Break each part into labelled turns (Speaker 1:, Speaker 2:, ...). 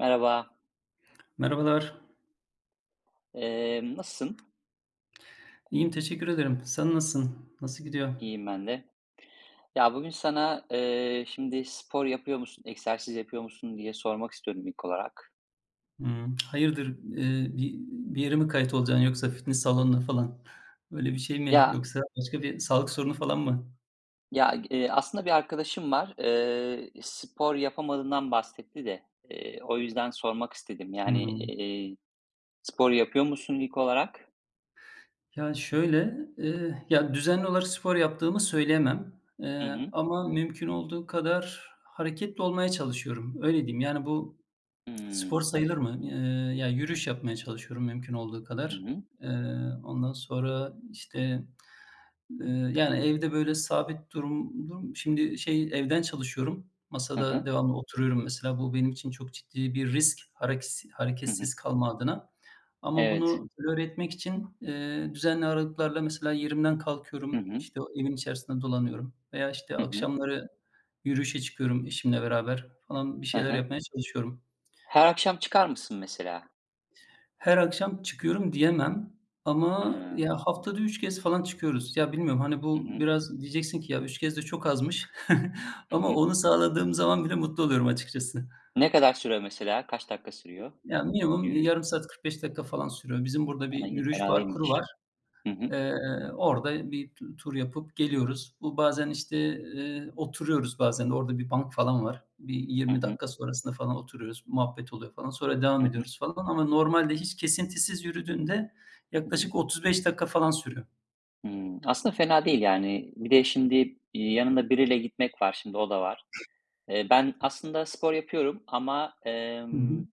Speaker 1: Merhaba,
Speaker 2: Merhabalar.
Speaker 1: nasılsın?
Speaker 2: İyiyim, teşekkür ederim. Sen nasılsın? Nasıl gidiyor?
Speaker 1: İyiyim ben de. Ya bugün sana şimdi spor yapıyor musun, egzersiz yapıyor musun diye sormak istiyorum ilk olarak.
Speaker 2: Hımm. Hayırdır, bir yere mi kayıt olacaksın yoksa fitness salonuna falan? Öyle bir şey mi
Speaker 1: Ya
Speaker 2: yoksa başka bir sağlık sorunu falan mı?
Speaker 1: ya aslında bir arkadaşım var, spor yapamadığından bahsetti de o yüzden sormak istedim. Yani
Speaker 2: Hımm.
Speaker 1: spor yapıyor musun ilk olarak?
Speaker 2: Ya, şöyle, ya, düzenli olarak spor yaptığımı söyleyemem,
Speaker 1: Hı hı.
Speaker 2: ama mümkün olduğu kadar hareketli olmaya çalışıyorum, öyle diyeyim. Yani, bu
Speaker 1: Hmm.
Speaker 2: spor sayılır mı? Ya, yürüyüş yapmaya çalışıyorum mümkün olduğu
Speaker 1: Hı
Speaker 2: kadar.
Speaker 1: hı.
Speaker 2: Eee, ondan sonra, Eee, yani, evde böyle sabit durum durum Şimdi şey, evden çalışıyorum.
Speaker 1: Hı
Speaker 2: Masada
Speaker 1: hı.
Speaker 2: devamlı oturuyorum mesela. Bu benim için çok ciddi bir risk,
Speaker 1: Hı hı.
Speaker 2: hareketsiz kalma adına. Ama
Speaker 1: Evet.
Speaker 2: bunu tolere etmek için, düzenli aralıklarla mesela yerimden
Speaker 1: Hı
Speaker 2: kalkıyorum,
Speaker 1: hı.
Speaker 2: işte, o evin içerisinde dolanıyorum veya, işte,
Speaker 1: Hı hı.
Speaker 2: akşamları yürüyüşe çıkıyorum eşimle beraber falan bir
Speaker 1: Hı
Speaker 2: şeyler
Speaker 1: hı.
Speaker 2: yapmaya çalışıyorum.
Speaker 1: Her akşam çıkar mısın mesela?
Speaker 2: Her akşam çıkıyorum diyemem
Speaker 1: Hı
Speaker 2: ama
Speaker 1: hı.
Speaker 2: ya, haftada 3 kez falan çıkıyoruz. Ya, bilmiyorum, hani,
Speaker 1: Hı
Speaker 2: bu
Speaker 1: hı.
Speaker 2: biraz diyeceksin ki, "Ya, 3 kez de çok azmış."
Speaker 1: Hı
Speaker 2: Ama
Speaker 1: hı.
Speaker 2: onu sağladığım zaman bile mutlu oluyorum açıkçası.
Speaker 1: Ne kadar sürüyor mesela? Kaç dakika sürüyor
Speaker 2: Ya, minimum
Speaker 1: yürüyüş?
Speaker 2: yarım saat 45 dakika falan sürüyor. Bizim burada bir
Speaker 1: A, iyi,
Speaker 2: yürüyüş
Speaker 1: fena
Speaker 2: parkuru
Speaker 1: değilmiş.
Speaker 2: var.
Speaker 1: Hı hı.
Speaker 2: Eee, orada bir tur yapıp geliyoruz. Bu bazen, işte, oturuyoruz, bazen de orada bir bank falan var. Bir
Speaker 1: Hı
Speaker 2: 20
Speaker 1: hı.
Speaker 2: dakika sonrasında falan oturuyoruz, muhabbet oluyor falan. Sonra devam
Speaker 1: Hı hı.
Speaker 2: ediyoruz falan ama normalde hiç kesintisiz yürüdüğünde
Speaker 1: Hı hı.
Speaker 2: yaklaşık 35 dakika falan sürüyor.
Speaker 1: Hımm. Aslında fena değil yani. Bir de şimdi, yanında biriyle gitmek var, şimdi o da var. Ben aslında spor yapıyorum ama,
Speaker 2: Hı hı.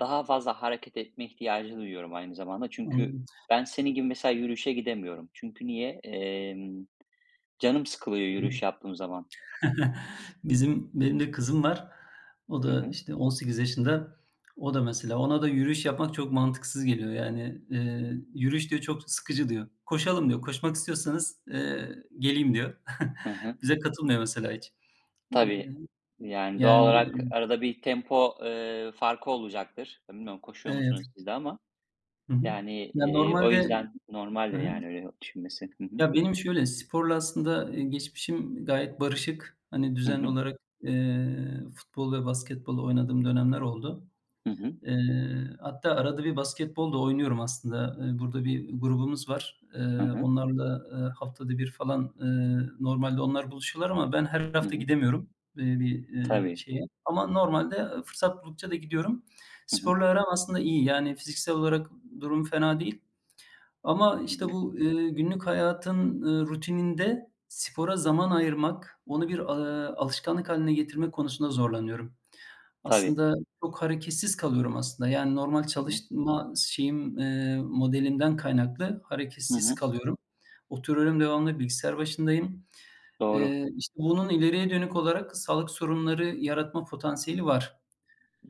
Speaker 1: daha fazla hareket etme ihtiyacı duyuyorum aynı zamanda. Çünkü
Speaker 2: Anladım.
Speaker 1: ben senin gibi mesela yürüyüşe gidemiyorum. Çünkü niye? Canım sıkılıyor
Speaker 2: Hı.
Speaker 1: yürüyüş yaptığım zaman.
Speaker 2: Benim de kızım var. O
Speaker 1: Hı
Speaker 2: da,
Speaker 1: hı.
Speaker 2: işte, 18 yaşında. O da mesela, ona da yürüyüş yapmak çok mantıksız geliyor. Yani, "Yürüyüş," diyor, "çok sıkıcı," diyor. "Koşalım," diyor. "Koşmak istiyorsanız, geleyim," diyor.
Speaker 1: Hı hı.
Speaker 2: Bize katılmıyor mesela hiç. Eee,
Speaker 1: Tabii, yani, doğal
Speaker 2: yani
Speaker 1: olarak arada bir tempo, farkı olacaktır. Bilmiyorum koşuyor
Speaker 2: Evet.
Speaker 1: musunuz siz de ama,
Speaker 2: Hı hı.
Speaker 1: yani,
Speaker 2: Ya,
Speaker 1: o
Speaker 2: normalde.
Speaker 1: yüzden
Speaker 2: Hı
Speaker 1: normaldir,
Speaker 2: hı.
Speaker 1: yani, öyle düşünmesi. Hı hı.
Speaker 2: Ya, benim şöyle, sporla aslında, geçmişim gayet barışık. Hani,
Speaker 1: Hı
Speaker 2: düzenli
Speaker 1: hı.
Speaker 2: olarak, futbol ve basketbol oynadığım dönemler oldu.
Speaker 1: Hı hı.
Speaker 2: Hatta arada bir basketbol da oynuyorum aslında. Burada bir grubumuz var.
Speaker 1: Hı hı.
Speaker 2: Onlarla, haftada bir falan, normalde onlar buluşuyorlar ama ben her
Speaker 1: Hı
Speaker 2: hafta
Speaker 1: hı.
Speaker 2: gidemiyorum, bir,
Speaker 1: Tabii.
Speaker 2: şeye. Ama normalde, fırsat buldukça da gidiyorum.
Speaker 1: Hı hı.
Speaker 2: Sporla aram aslında iyi. Yani fiziksel olarak durum fena değil ama
Speaker 1: Hı
Speaker 2: işte
Speaker 1: hı.
Speaker 2: bu, günlük hayatın, rutininde spora zaman ayırmak, onu bir, alışkanlık haline getirmek konusunda zorlanıyorum.
Speaker 1: Tabii.
Speaker 2: Aslında çok hareketsiz kalıyorum aslında. Yani, normal
Speaker 1: Hı hı.
Speaker 2: çalışma şeyim, modelimden kaynaklı
Speaker 1: Hı
Speaker 2: hareketsiz
Speaker 1: hı.
Speaker 2: kalıyorum. Oturuyorum, devamlı bilgisayar başındayım.
Speaker 1: Doğru.
Speaker 2: İşte, bunun ileriye dönük olarak sağlık sorunları yaratma potansiyeli var.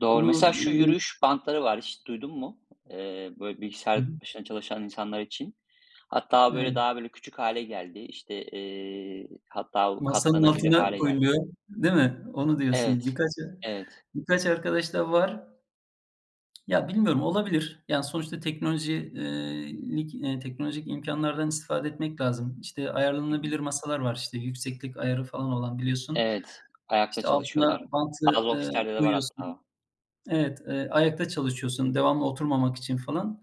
Speaker 1: Doğru.
Speaker 2: Bunu,
Speaker 1: Mesela şu
Speaker 2: ııı
Speaker 1: yürüyüş bantları var, hiç duydun mu? Böyle
Speaker 2: Hı hı.
Speaker 1: bilgisayar başında çalışan insanlar için. Hatta böyle
Speaker 2: Evet,
Speaker 1: daha böyle küçük hale geldi. İşte, hatta
Speaker 2: masanın
Speaker 1: katlanabilir
Speaker 2: altına
Speaker 1: hale geldi.
Speaker 2: koyuluyor, değil mi? Onu diyorsun.
Speaker 1: Evet. Evet.
Speaker 2: Birkaç arkadaş da var. Ya, bilmiyorum, olabilir. Yani, sonuçta teknolojik imkanlardan istifade etmek lazım. İşte,
Speaker 1: Hı hı.
Speaker 2: ayarlanabilir masalar var, işte, yükseklik ayarı falan olan biliyorsun.
Speaker 1: Evet, ayakta
Speaker 2: İşte, altına
Speaker 1: çalışıyorlar.
Speaker 2: bantı,
Speaker 1: Bazı ofislerde de var
Speaker 2: koyuyorsun.
Speaker 1: hatta.
Speaker 2: Evet, ayakta çalışıyorsun devamlı
Speaker 1: Hı hı.
Speaker 2: oturmamak için falan.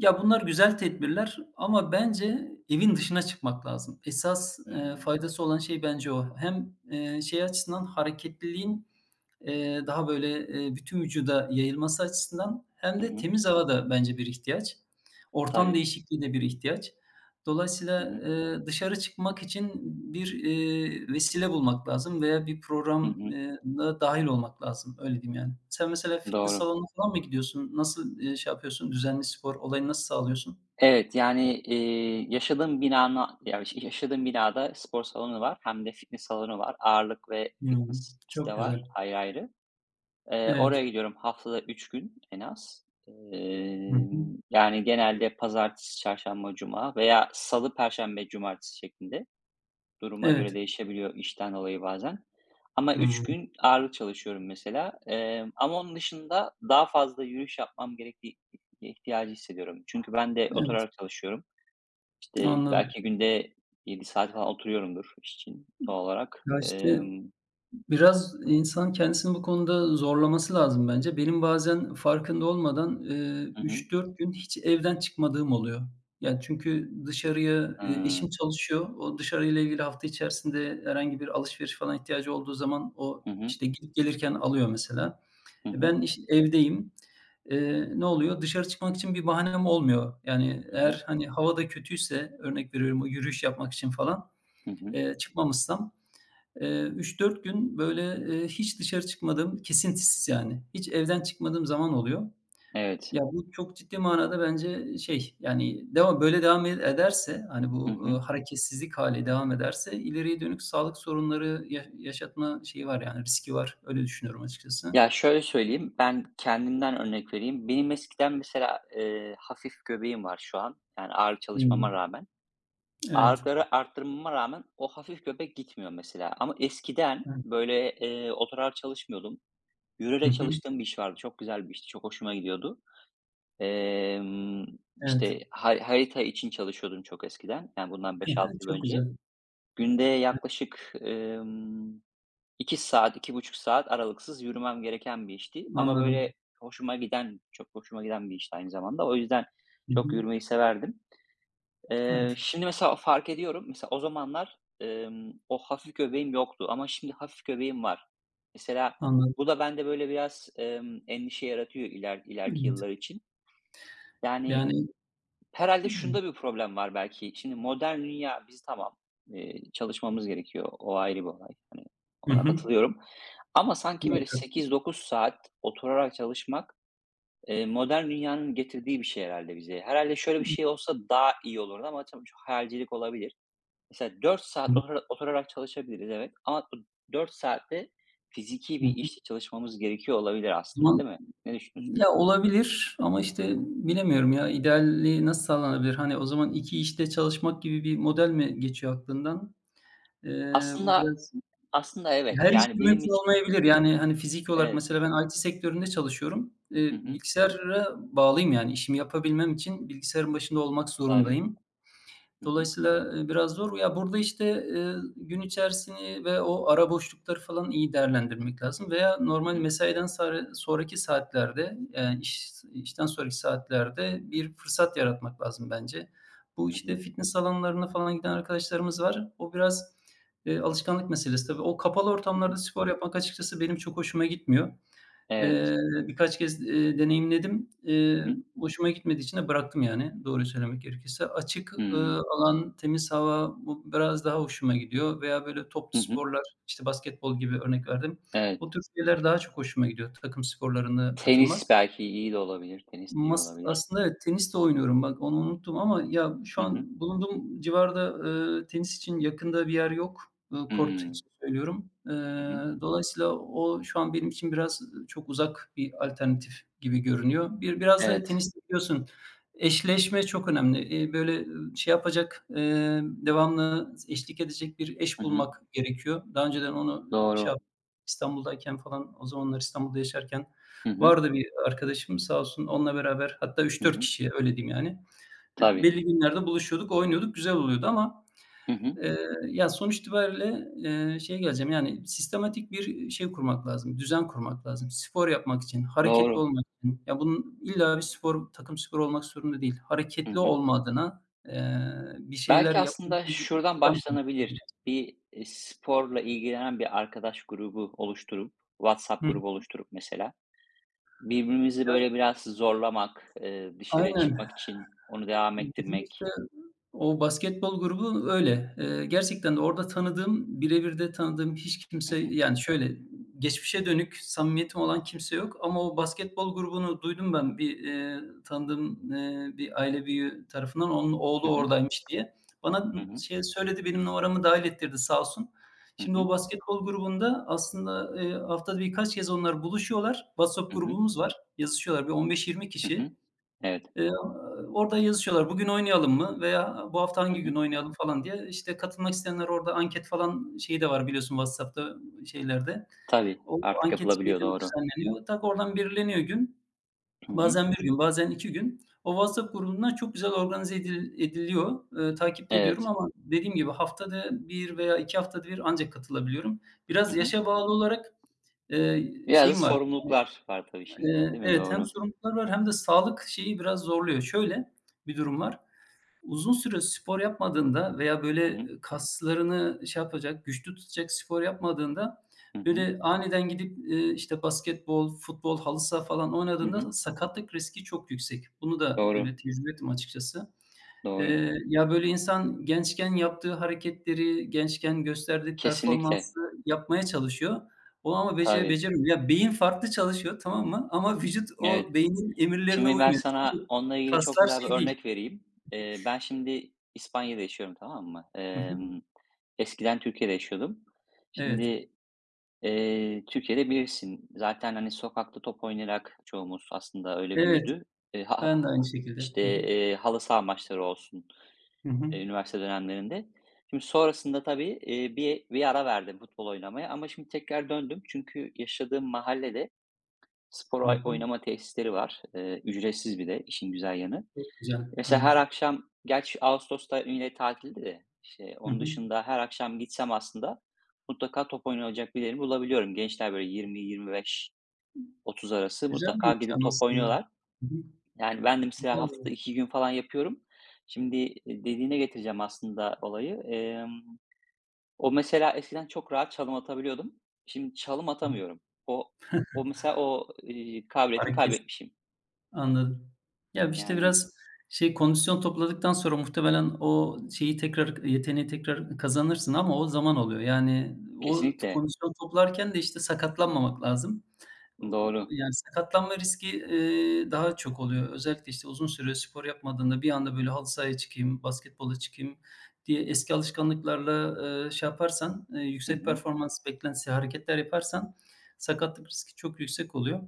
Speaker 2: Ya, bunlar güzel tedbirler ama bence evin dışına çıkmak lazım. Esas,
Speaker 1: Hımm.
Speaker 2: faydası olan şey bence o. Hem, şey açısından hareketliliğin daha böyle, bütün vücuda yayılması açısından, hem
Speaker 1: Hı
Speaker 2: de
Speaker 1: hı.
Speaker 2: temiz hava da bence bir ihtiyaç. Ortam
Speaker 1: Tabii.
Speaker 2: değişikliği de bir ihtiyaç.
Speaker 1: Hı
Speaker 2: Dolayısıyla,
Speaker 1: hı.
Speaker 2: dışarı çıkmak için bir, vesile bulmak lazım veya bir
Speaker 1: Hı
Speaker 2: program
Speaker 1: hı.
Speaker 2: dahil olmak lazım. Öyle diyeyim yani. Sen mesela fitness
Speaker 1: Doğru.
Speaker 2: salonuna falan mı gidiyorsun? Nasıl, şey yapıyorsun? Düzenli spor olayını nasıl sağlıyorsun?
Speaker 1: Evet, yani, yaşadığım binana ya, yaşadığım binada spor salonu var hem de fitness salonu var. Ağırlık ve
Speaker 2: Hıı.
Speaker 1: fitness ikisi de
Speaker 2: Çok
Speaker 1: var
Speaker 2: güzel.
Speaker 1: ayrı ayrı.
Speaker 2: Evet.
Speaker 1: Oraya gidiyorum haftada 3 gün en az.
Speaker 2: Hı hı.
Speaker 1: Yani genelde pazartesi, çarşamba, cuma veya salı, perşembe, cumartesi şeklinde. Duruma
Speaker 2: Evet.
Speaker 1: göre değişebiliyor işten dolayı bazen. Ama 3
Speaker 2: Hıı.
Speaker 1: gün ağırlık çalışıyorum mesela. Ama onun dışında daha fazla yürüyüş yapmam gerektiği ihtiyacı hissediyorum. Çünkü ben de
Speaker 2: Evet,
Speaker 1: oturarak çalışıyorum. İşte,
Speaker 2: anladım.
Speaker 1: belki günde 7 saat falan oturuyorumdur iş için doğal olarak.
Speaker 2: Ya, işte Biraz insan kendisini bu konuda zorlaması lazım bence. Benim bazen farkında olmadan,
Speaker 1: Hı hı.
Speaker 2: 3-4 gün hiç evden çıkmadığım oluyor. Yani çünkü dışarıya,
Speaker 1: Hıı.
Speaker 2: eşim çalışıyor. O dışarıyla ilgili hafta içerisinde herhangi bir alışveriş falan ihtiyacı olduğu zaman o,
Speaker 1: Hı hı.
Speaker 2: işte, gidip gelirken alıyor mesela.
Speaker 1: Hı hı.
Speaker 2: Ben iş evdeyim. Ne oluyor? Dışarı çıkmak için bir bahanem olmuyor. Yani
Speaker 1: Hı hı.
Speaker 2: eğer, hani, hava da kötüyse, örnek veriyorum, o yürüyüş yapmak için falan,
Speaker 1: Hı hı.
Speaker 2: çıkmamışsam, Eee, 3-4 gün böyle, hiç dışarı çıkmadığım, kesintisiz yani, hiç evden çıkmadığım zaman oluyor.
Speaker 1: Evet.
Speaker 2: Ya, bu çok ciddi manada bence şey, yani, böyle devam ederse, hani,
Speaker 1: Hı
Speaker 2: bu,
Speaker 1: hı.
Speaker 2: hareketsizlik hâli devam ederse ileriye dönük sağlık sorunları yaşatma şeyi var yani riski var. Öyle düşünüyorum açıkçası.
Speaker 1: Ya, şöyle söyleyeyim, ben kendimden örnek vereyim. Benim eskiden mesela, hafif göbeğim var şu an, yani ağır
Speaker 2: Hıı.
Speaker 1: çalışmama rağmen.
Speaker 2: Evet.
Speaker 1: Ağırlıkları arttırmama rağmen o hafif göbek gitmiyor mesela ama eskiden,
Speaker 2: Evet.
Speaker 1: böyle, oturarak çalışmıyordum.
Speaker 2: Hı
Speaker 1: Yürüyerek
Speaker 2: hı.
Speaker 1: çalıştığım bir iş vardı. Çok güzel bir işti. Çok hoşuma gidiyordu. Emm,
Speaker 2: Evet.
Speaker 1: işte, harita için çalışıyordum çok eskiden. Yani, bundan beş altı yıl
Speaker 2: Çok
Speaker 1: önce.
Speaker 2: güzel.
Speaker 1: Günde yaklaşık, 2 saat, 2,5 saat aralıksız yürümem gereken bir işti ama,
Speaker 2: Anladım.
Speaker 1: böyle, hoşuma giden, çok hoşuma giden bir işti aynı zamanda. O yüzden
Speaker 2: Hı
Speaker 1: çok
Speaker 2: hı.
Speaker 1: yürümeyi severdim.
Speaker 2: Evet.
Speaker 1: Şimdi mesela fark ediyorum. Mesela o zamanlar, o hafif göbeğim yoktu ama şimdi hafif göbeğim var. Mesela
Speaker 2: Anladım.
Speaker 1: bu da bende böyle biraz, endişe yaratıyor ileriki
Speaker 2: Evet.
Speaker 1: yıllar için. Yani
Speaker 2: Yani.
Speaker 1: herhalde şunda bir problem var belki. Şimdi modern dünya bizi tamam, çalışmamız gerekiyor. O ayrı bir olay. Hani,
Speaker 2: Hı
Speaker 1: ona
Speaker 2: hı.
Speaker 1: katılıyorum. Ama sanki böyle
Speaker 2: Muhakkak.
Speaker 1: 8-9 saat oturarak çalışmak, modern dünyanın getirdiği bir şey herhalde bize. Herhalde şöyle
Speaker 2: Hı
Speaker 1: bir
Speaker 2: hı.
Speaker 1: şey olsa daha iyi olurdu ama tabii şu hayalcilik olabilir. Mesela 4 saat oturarak çalışabiliriz, evet ama bu 4 saat fiziki
Speaker 2: Hı
Speaker 1: bir
Speaker 2: hı.
Speaker 1: işte çalışmamız gerekiyor olabilir
Speaker 2: O
Speaker 1: aslında,
Speaker 2: zaman.
Speaker 1: değil mi? Ne düşünüyorsun?
Speaker 2: Ya, olabilir ama, işte, bilemiyorum ya, idealliği nasıl sağlanabilir? Hani, o zaman 2 işte çalışmak gibi bir model mi geçiyor aklından? Bu
Speaker 1: Aslında
Speaker 2: biraz
Speaker 1: aslında evet,
Speaker 2: her iş de
Speaker 1: yani benim
Speaker 2: mümkün
Speaker 1: için
Speaker 2: olmayabilir. Yani, hani, fiziki olarak
Speaker 1: evet.
Speaker 2: mesela ben IT sektöründe çalışıyorum.
Speaker 1: Hı hı.
Speaker 2: Bilgisayara bağlıyım, yani, işimi yapabilmem için bilgisayarın başında olmak
Speaker 1: Tabii.
Speaker 2: zorundayım.
Speaker 1: Hı hı.
Speaker 2: Dolayısıyla, biraz zor. Ya, burada, işte, gün içerisini ve o ara boşlukları falan iyi değerlendirmek lazım veya
Speaker 1: Hı
Speaker 2: normal
Speaker 1: hı.
Speaker 2: mesaiden sonraki saatlerde, işten sonraki saatlerde bir fırsat yaratmak lazım bence. Bu,
Speaker 1: Hı
Speaker 2: işte,
Speaker 1: hı.
Speaker 2: fitness alanlarına falan giden arkadaşlarımız var. O biraz, alışkanlık meselesi tabii. O kapalı
Speaker 1: Hı
Speaker 2: ortamlarda
Speaker 1: hı.
Speaker 2: spor yapmak açıkçası benim çok hoşuma gitmiyor.
Speaker 1: Evet.
Speaker 2: Eee, birkaç kez, deneyimledim.
Speaker 1: Hı hı.
Speaker 2: Hoşuma gitmediği için de bıraktım yani doğruyu söylemek gerekirse. Açık,
Speaker 1: Hımm.
Speaker 2: alan, temiz hava bu biraz daha hoşuma gidiyor veya böyle toplu
Speaker 1: Hı hı.
Speaker 2: sporlar, işte, basketbol gibi örnek verdim.
Speaker 1: Evet.
Speaker 2: Bu tür şeyler daha çok hoşuma gidiyor, takım sporlarına katılmak.
Speaker 1: Tenis belki iyi de olabilir. Tenis de iyi olabilir.
Speaker 2: Aslında evet, tenis de oynuyorum, bak onu unuttum ama ya şu
Speaker 1: Hı hı.
Speaker 2: an bulunduğum civarda, tenis için yakında bir yer yok. Kort
Speaker 1: Hımm.
Speaker 2: için söylüyorum.
Speaker 1: Hı hı.
Speaker 2: Dolayısıyla o şu an benim için biraz, çok uzak bir alternatif gibi görünüyor. Biraz da
Speaker 1: Evet.
Speaker 2: tenis biliyorsun, eşleşme çok önemli. Böyle, şey yapacak, devamlı eşlik edecek bir eş
Speaker 1: Hı hı.
Speaker 2: bulmak gerekiyor. Daha önceden onu, şey
Speaker 1: Doğru.
Speaker 2: yap İstanbul'dayken falan, o zamanlar İstanbul'da yaşarken
Speaker 1: Hı hı.
Speaker 2: vardı bir arkadaşım, sağ olsun, onunla beraber, hatta üç
Speaker 1: Hı
Speaker 2: dört
Speaker 1: hı.
Speaker 2: kişi öyle diyeyim yani.
Speaker 1: Tabii.
Speaker 2: Belli günlerde buluşuyorduk, oynuyorduk, güzel oluyordu ama,
Speaker 1: Hı hı.
Speaker 2: eee, ya, sonuç itibariyle, şeye geleceğim, yani, sistematik bir şey kurmak lazım, düzen kurmak lazım. Spor yapmak için, hareketli
Speaker 1: Doğru.
Speaker 2: olmak için, ya, bunun illa bir spor, takım sporu olmak zorunda değil.
Speaker 1: Hı
Speaker 2: Hareketli
Speaker 1: hı.
Speaker 2: olma adına, bir şeyler
Speaker 1: Belki
Speaker 2: yapmak
Speaker 1: aslında
Speaker 2: için bir
Speaker 1: şuradan
Speaker 2: sistem kurmak
Speaker 1: başlanabilir.
Speaker 2: lazım.
Speaker 1: Bir, sporla ilgilenen bir arkadaş grubu oluşturup,
Speaker 2: Hı.
Speaker 1: WhatsApp grubu
Speaker 2: Ya,
Speaker 1: oluşturup mesela, birbirimizi böyle biraz zorlamak, dışarıya
Speaker 2: aynen.
Speaker 1: çıkmak için onu devam
Speaker 2: Bizim, işte,
Speaker 1: ettirmek.
Speaker 2: o basketbol grubu öyle. Gerçekten de orada tanıdığım, birebir de tanıdığım hiç
Speaker 1: Hı
Speaker 2: kimse,
Speaker 1: hı.
Speaker 2: yani, şöyle, geçmişe dönük samimiyetim olan kimse yok ama o basketbol grubunu duydum ben bir, tanıdığım, bir aile büyüğü tarafından, onun
Speaker 1: Hı
Speaker 2: oğlu
Speaker 1: hı.
Speaker 2: oradaymış diye. Bana
Speaker 1: Hı hı.
Speaker 2: şey söyledi, benim numaramı dahil ettirdi sağ olsun.
Speaker 1: Hı
Speaker 2: Şimdi o
Speaker 1: hı.
Speaker 2: basketbol grubunda aslında, haftada birkaç kez onlar buluşuyorlar. WhatsApp
Speaker 1: Hı hı.
Speaker 2: grubumuz var, yazışıyorlar. Bir 15-20
Speaker 1: Hı
Speaker 2: kişi.
Speaker 1: hı. Evet.
Speaker 2: Eee, orada yazışıyorlar, "Bugün oynayalım mı?" veya "Bu hafta
Speaker 1: Hı
Speaker 2: hangi gün
Speaker 1: hı.
Speaker 2: oynayalım?" falan diye. İşte, katılmak isteyenler orada anket falan şeyi de var biliyorsun, WhatsApp'ta şeylerde.
Speaker 1: Tabii,
Speaker 2: O
Speaker 1: artık
Speaker 2: anket şeyi de
Speaker 1: yapılabiliyor, doğru.
Speaker 2: düzenleniyor. Tak oradan belirleniyor gün.
Speaker 1: Hı hı.
Speaker 2: Bazen bir gün, bazen 2 gün. O WhatsApp grubundan çok güzel organize ediliyor. Takip de ediyorum
Speaker 1: Evet.
Speaker 2: ama dediğim gibi haftada bir veya 2 haftada bir ancak katılabiliyorum.
Speaker 1: Hı
Speaker 2: Biraz
Speaker 1: hı.
Speaker 2: yaşa bağlı olarak,
Speaker 1: Biraz da
Speaker 2: şeyim var,
Speaker 1: sorumluluklar var tabii şimdi, değil mi?
Speaker 2: evet, hem
Speaker 1: Doğru.
Speaker 2: sorumluluklar var, hem de sağlık şeyi biraz zorluyor. Şöyle bir durum var. Uzun süre spor yapmadığında veya, böyle,
Speaker 1: Hı hı.
Speaker 2: kaslarını şey yapacak, güçlü tutacak spor yapmadığında,
Speaker 1: Hı hı.
Speaker 2: böyle, aniden gidip, işte, basketbol, futbol, halı saha falan
Speaker 1: Hı hı.
Speaker 2: oynadığında sakatlık riski çok yüksek. Bunu da,
Speaker 1: Doğru,
Speaker 2: böyle, tecrübe ettim açıkçası.
Speaker 1: doğru.
Speaker 2: Ya, böyle, insan gençken yaptığı hareketleri, gençken gösterdiği
Speaker 1: Kesinlikle.
Speaker 2: performansı yapmaya çalışıyor. O ama
Speaker 1: Tabii.
Speaker 2: beceremiyor. Ya, beyin farklı çalışıyor, tamam mı? Ama vücut
Speaker 1: Evet.
Speaker 2: o beynin emirlerine
Speaker 1: Şimdi ben
Speaker 2: uymuyor.
Speaker 1: sana
Speaker 2: Çünkü
Speaker 1: onunla ilgili çok
Speaker 2: kaslar
Speaker 1: güzel bir
Speaker 2: şey değil.
Speaker 1: örnek vereyim. Ben şimdi İspanya'da yaşıyorum, tamam mı?
Speaker 2: Hı hı.
Speaker 1: Eskiden Türkiye'de yaşıyordum.
Speaker 2: Evet.
Speaker 1: Şimdi, Türkiye'de bilirsin zaten, hani, sokakta top oynayarak çoğumuz aslında öyle
Speaker 2: Evet,
Speaker 1: büyüdü. Eee, ha ha
Speaker 2: ben de aynı şekilde.
Speaker 1: işte,
Speaker 2: Hı hı.
Speaker 1: halı saha maçları olsun,
Speaker 2: Hı hı.
Speaker 1: üniversite dönemlerinde. Şimdi sonrasında tabii, bir ara verdim futbol oynamaya ama şimdi tekrar döndüm. Çünkü yaşadığım mahallede spor
Speaker 2: Hı
Speaker 1: ay
Speaker 2: hı.
Speaker 1: oynama tesisleri var. Ücretsiz bir de işin güzel yanı.
Speaker 2: Çok güzel. Hı hı.
Speaker 1: Mesela her akşam gerçi ağustos'ta yine tatildi de, işte,
Speaker 2: Hı
Speaker 1: onun
Speaker 2: hı.
Speaker 1: dışında her akşam gitsem aslında mutlaka top oynayacak bir bulabiliyorum. Gençler böyle 20-25-30 arası
Speaker 2: Güzel bir
Speaker 1: mutlaka gidip
Speaker 2: imkân
Speaker 1: top
Speaker 2: aslında.
Speaker 1: oynuyorlar.
Speaker 2: Hı hı.
Speaker 1: Yani ben de mesela
Speaker 2: Güzel
Speaker 1: haftada
Speaker 2: bir.
Speaker 1: 2 gün falan yapıyorum. Şimdi, dediğine getireceğim aslında olayı. O mesela eskiden çok rahat çalım atabiliyordum. Şimdi çalım
Speaker 2: Hı hı.
Speaker 1: atamıyorum. O o mesela o, kabiliyetimi
Speaker 2: Hareket.
Speaker 1: kaybetmişim.
Speaker 2: Anladım. Ya, işte,
Speaker 1: Yani
Speaker 2: biraz şey, kondisyon topladıktan sonra muhtemelen o şeyi tekrar, yeteneği tekrar kazanırsın ama o zaman oluyor. Yani o
Speaker 1: kesinlikle.
Speaker 2: kondisyon toplarken de, işte, sakatlanmamak lazım. O
Speaker 1: Doğru.
Speaker 2: yani sakatlanma riski, daha çok oluyor. Özellikle, işte, uzun süre spor yapmadığında bir anda, böyle, halı sahaya çıkayım, basketbola çıkayım diye eski alışkanlıklarla, şey yaparsan,
Speaker 1: Hı
Speaker 2: yüksek
Speaker 1: hı.
Speaker 2: performans beklentisi hareketler yaparsan sakatlık riski çok yüksek oluyor.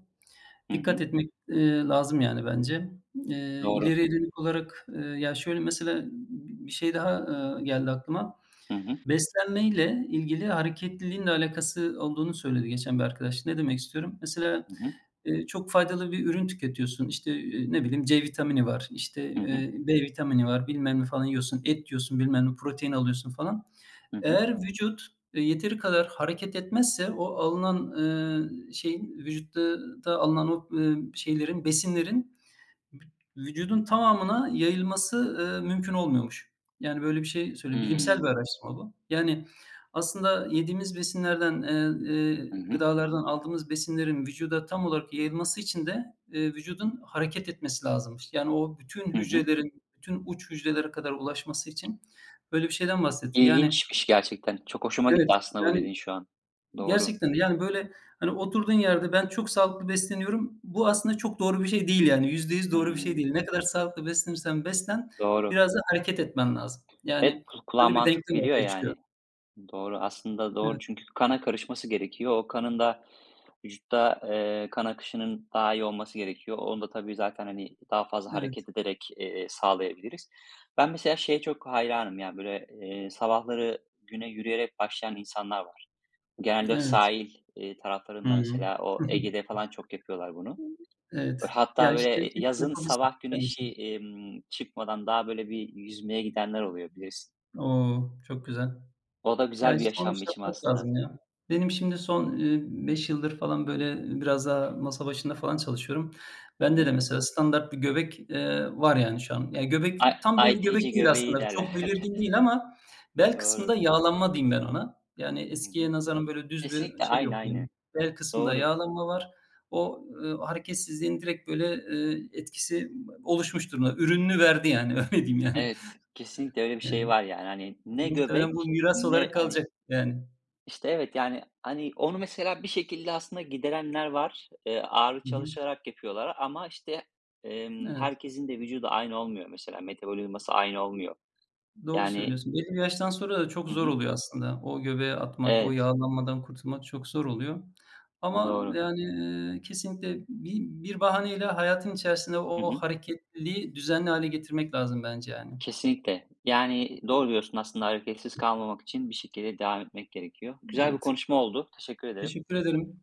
Speaker 1: Hı
Speaker 2: Dikkat
Speaker 1: hı.
Speaker 2: etmek, lazım yani bence.
Speaker 1: Doğru.
Speaker 2: İleriye dönük olarak, ya, şöyle, mesela, bir şey daha, geldi aklıma.
Speaker 1: Hı hı.
Speaker 2: Beslenmeyle ilgili hareketliliğin de alakası olduğunu söyledi geçen bir arkadaş. Ne demek istiyorum? Mesela,
Speaker 1: Hı hı.
Speaker 2: çok faydalı bir ürün tüketiyorsun. İşte, ne bileyim, C vitamini var, işte,
Speaker 1: Hı hı.
Speaker 2: B vitamini var, bilmem ne falan yiyorsun, et yiyorsun, bilmem ne, protein alıyorsun falan.
Speaker 1: Hı hı.
Speaker 2: Eğer vücut, yeteri kadar hareket etmezse o alınan, şeyin vücutta da alınan o, şeylerin, besinlerin vücudun tamamına yayılması, mümkün olmuyormuş. Yani, böyle bir şey söylüyor. Bilimsel bir
Speaker 1: Hımm.
Speaker 2: araştırma bu. Yani, aslında yediğimiz besinlerden,
Speaker 1: Hı hı.
Speaker 2: gıdalardan aldığımız besinlerin vücuda tam olarak yayılması için de, vücudun hareket etmesi lazımmış. Yani, o bütün
Speaker 1: Hı hı.
Speaker 2: hücrelerin, bütün uç hücrelere kadar ulaşması için böyle bir şeyden bahsetti.
Speaker 1: İlginçmiş gerçekten. Çok hoşuma gitti
Speaker 2: Evet,
Speaker 1: aslında bu
Speaker 2: yani.
Speaker 1: dediğin şu an. Doğru.
Speaker 2: Gerçekten de, yani, böyle, hani, oturduğun yerde, "Ben çok sağlıklı besleniyorum." Bu aslında çok doğru bir şey değil, yani, %100 doğru bir şey
Speaker 1: Hımm.
Speaker 2: değil. Ne kadar sağlıklı beslenirsen beslen,
Speaker 1: Doğru.
Speaker 2: biraz da hareket etmen lazım.
Speaker 1: Evet,
Speaker 2: Yani,
Speaker 1: kulağa
Speaker 2: böyle bir
Speaker 1: mantıklı
Speaker 2: denklem
Speaker 1: geliyor
Speaker 2: ortaya çıkıyor.
Speaker 1: yani. Doğru. Aslında doğru
Speaker 2: Evet,
Speaker 1: çünkü kana karışması gerekiyor. O kanın da vücutta, kan akışının daha iyi olması gerekiyor. Onu da tabii zaten, hani, daha fazla
Speaker 2: evet,
Speaker 1: hareket ederek, sağlayabiliriz. Ben mesela şeye çok hayranım ya, böyle, sabahları güne yürüyerek başlayan insanlar var. Genelde o
Speaker 2: evet.
Speaker 1: sahil,
Speaker 2: Hı
Speaker 1: taraflarında
Speaker 2: hı.
Speaker 1: mesela o Ege'de falan çok yapıyorlar bunu.
Speaker 2: Evet. Ya,
Speaker 1: Hatta
Speaker 2: işte,
Speaker 1: böyle,
Speaker 2: keşke
Speaker 1: yazın
Speaker 2: yapabilsek.
Speaker 1: sabah güneşi, çıkmadan daha böyle bir yüzmeye gidenler oluyor bilirsin.
Speaker 2: O! Çok güzel.
Speaker 1: O da
Speaker 2: Ya,
Speaker 1: güzel bir
Speaker 2: işte, onu
Speaker 1: yaşam
Speaker 2: şey
Speaker 1: biçimi
Speaker 2: yapmak
Speaker 1: aslında.
Speaker 2: lazım ya. Benim şimdi son, 5 yıldır falan, böyle, biraz daha masa başında falan çalışıyorum.
Speaker 1: Hı
Speaker 2: Bende de
Speaker 1: hı.
Speaker 2: mesela standart bir göbek, var yani şu an. Ya, göbek
Speaker 1: Ay
Speaker 2: tam böyle
Speaker 1: "Aytici
Speaker 2: göbek değil
Speaker 1: göbeği"
Speaker 2: aslında, çok
Speaker 1: derler.
Speaker 2: belirgin değil ama bel
Speaker 1: Doğru.
Speaker 2: kısmında yağlanma diyeyim ben ona. Yani
Speaker 1: Hı
Speaker 2: eskiye
Speaker 1: hı.
Speaker 2: nazaran böyle düz bir
Speaker 1: Kesinlikle,
Speaker 2: şey
Speaker 1: aynı,
Speaker 2: yok yani.
Speaker 1: aynı.
Speaker 2: Bel kısmında
Speaker 1: Doğru.
Speaker 2: yağlanma var. O, hareketsizliğin direkt, böyle, etkisi oluşmuş durumda. Ürününü verdi yani, öyle diyeyim yani.
Speaker 1: Evet, kesinlikle öyle bir şey
Speaker 2: Yani
Speaker 1: var yani. Hani ne
Speaker 2: muhtemelen bu
Speaker 1: göbek
Speaker 2: miras
Speaker 1: ne
Speaker 2: olarak
Speaker 1: hani.
Speaker 2: kalacak yani.
Speaker 1: İşte, evet, yani, hani, onu mesela bir şekilde aslında giderenler var. Ağırlık
Speaker 2: Hı hı.
Speaker 1: çalışarak yapıyorlar ama, işte,
Speaker 2: Evet,
Speaker 1: herkesin de vücudu aynı olmuyor mesela, metabolizması aynı olmuyor.
Speaker 2: doğru
Speaker 1: Yani
Speaker 2: söylüyorsun. Belli bir yaştan sonra da çok
Speaker 1: Hı
Speaker 2: zor
Speaker 1: hı.
Speaker 2: oluyor aslında. O göbeğe atmak, o
Speaker 1: Evet,
Speaker 2: yağlanmadan kurtulmak çok zor oluyor. Ama
Speaker 1: doğru.
Speaker 2: yani, kesinlikle bir bahaneyle hayatın içerisinde
Speaker 1: Hı
Speaker 2: o
Speaker 1: hı.
Speaker 2: hareketliliği düzenli hale getirmek lazım bence yani.
Speaker 1: Kesinlikle. Yani, doğru diyorsun aslında hareketsiz kalmamak için bir şekilde devam etmek gerekiyor. Güzel bir
Speaker 2: Evet,
Speaker 1: konuşma oldu. Teşekkür ederim.
Speaker 2: teşekkür ederim.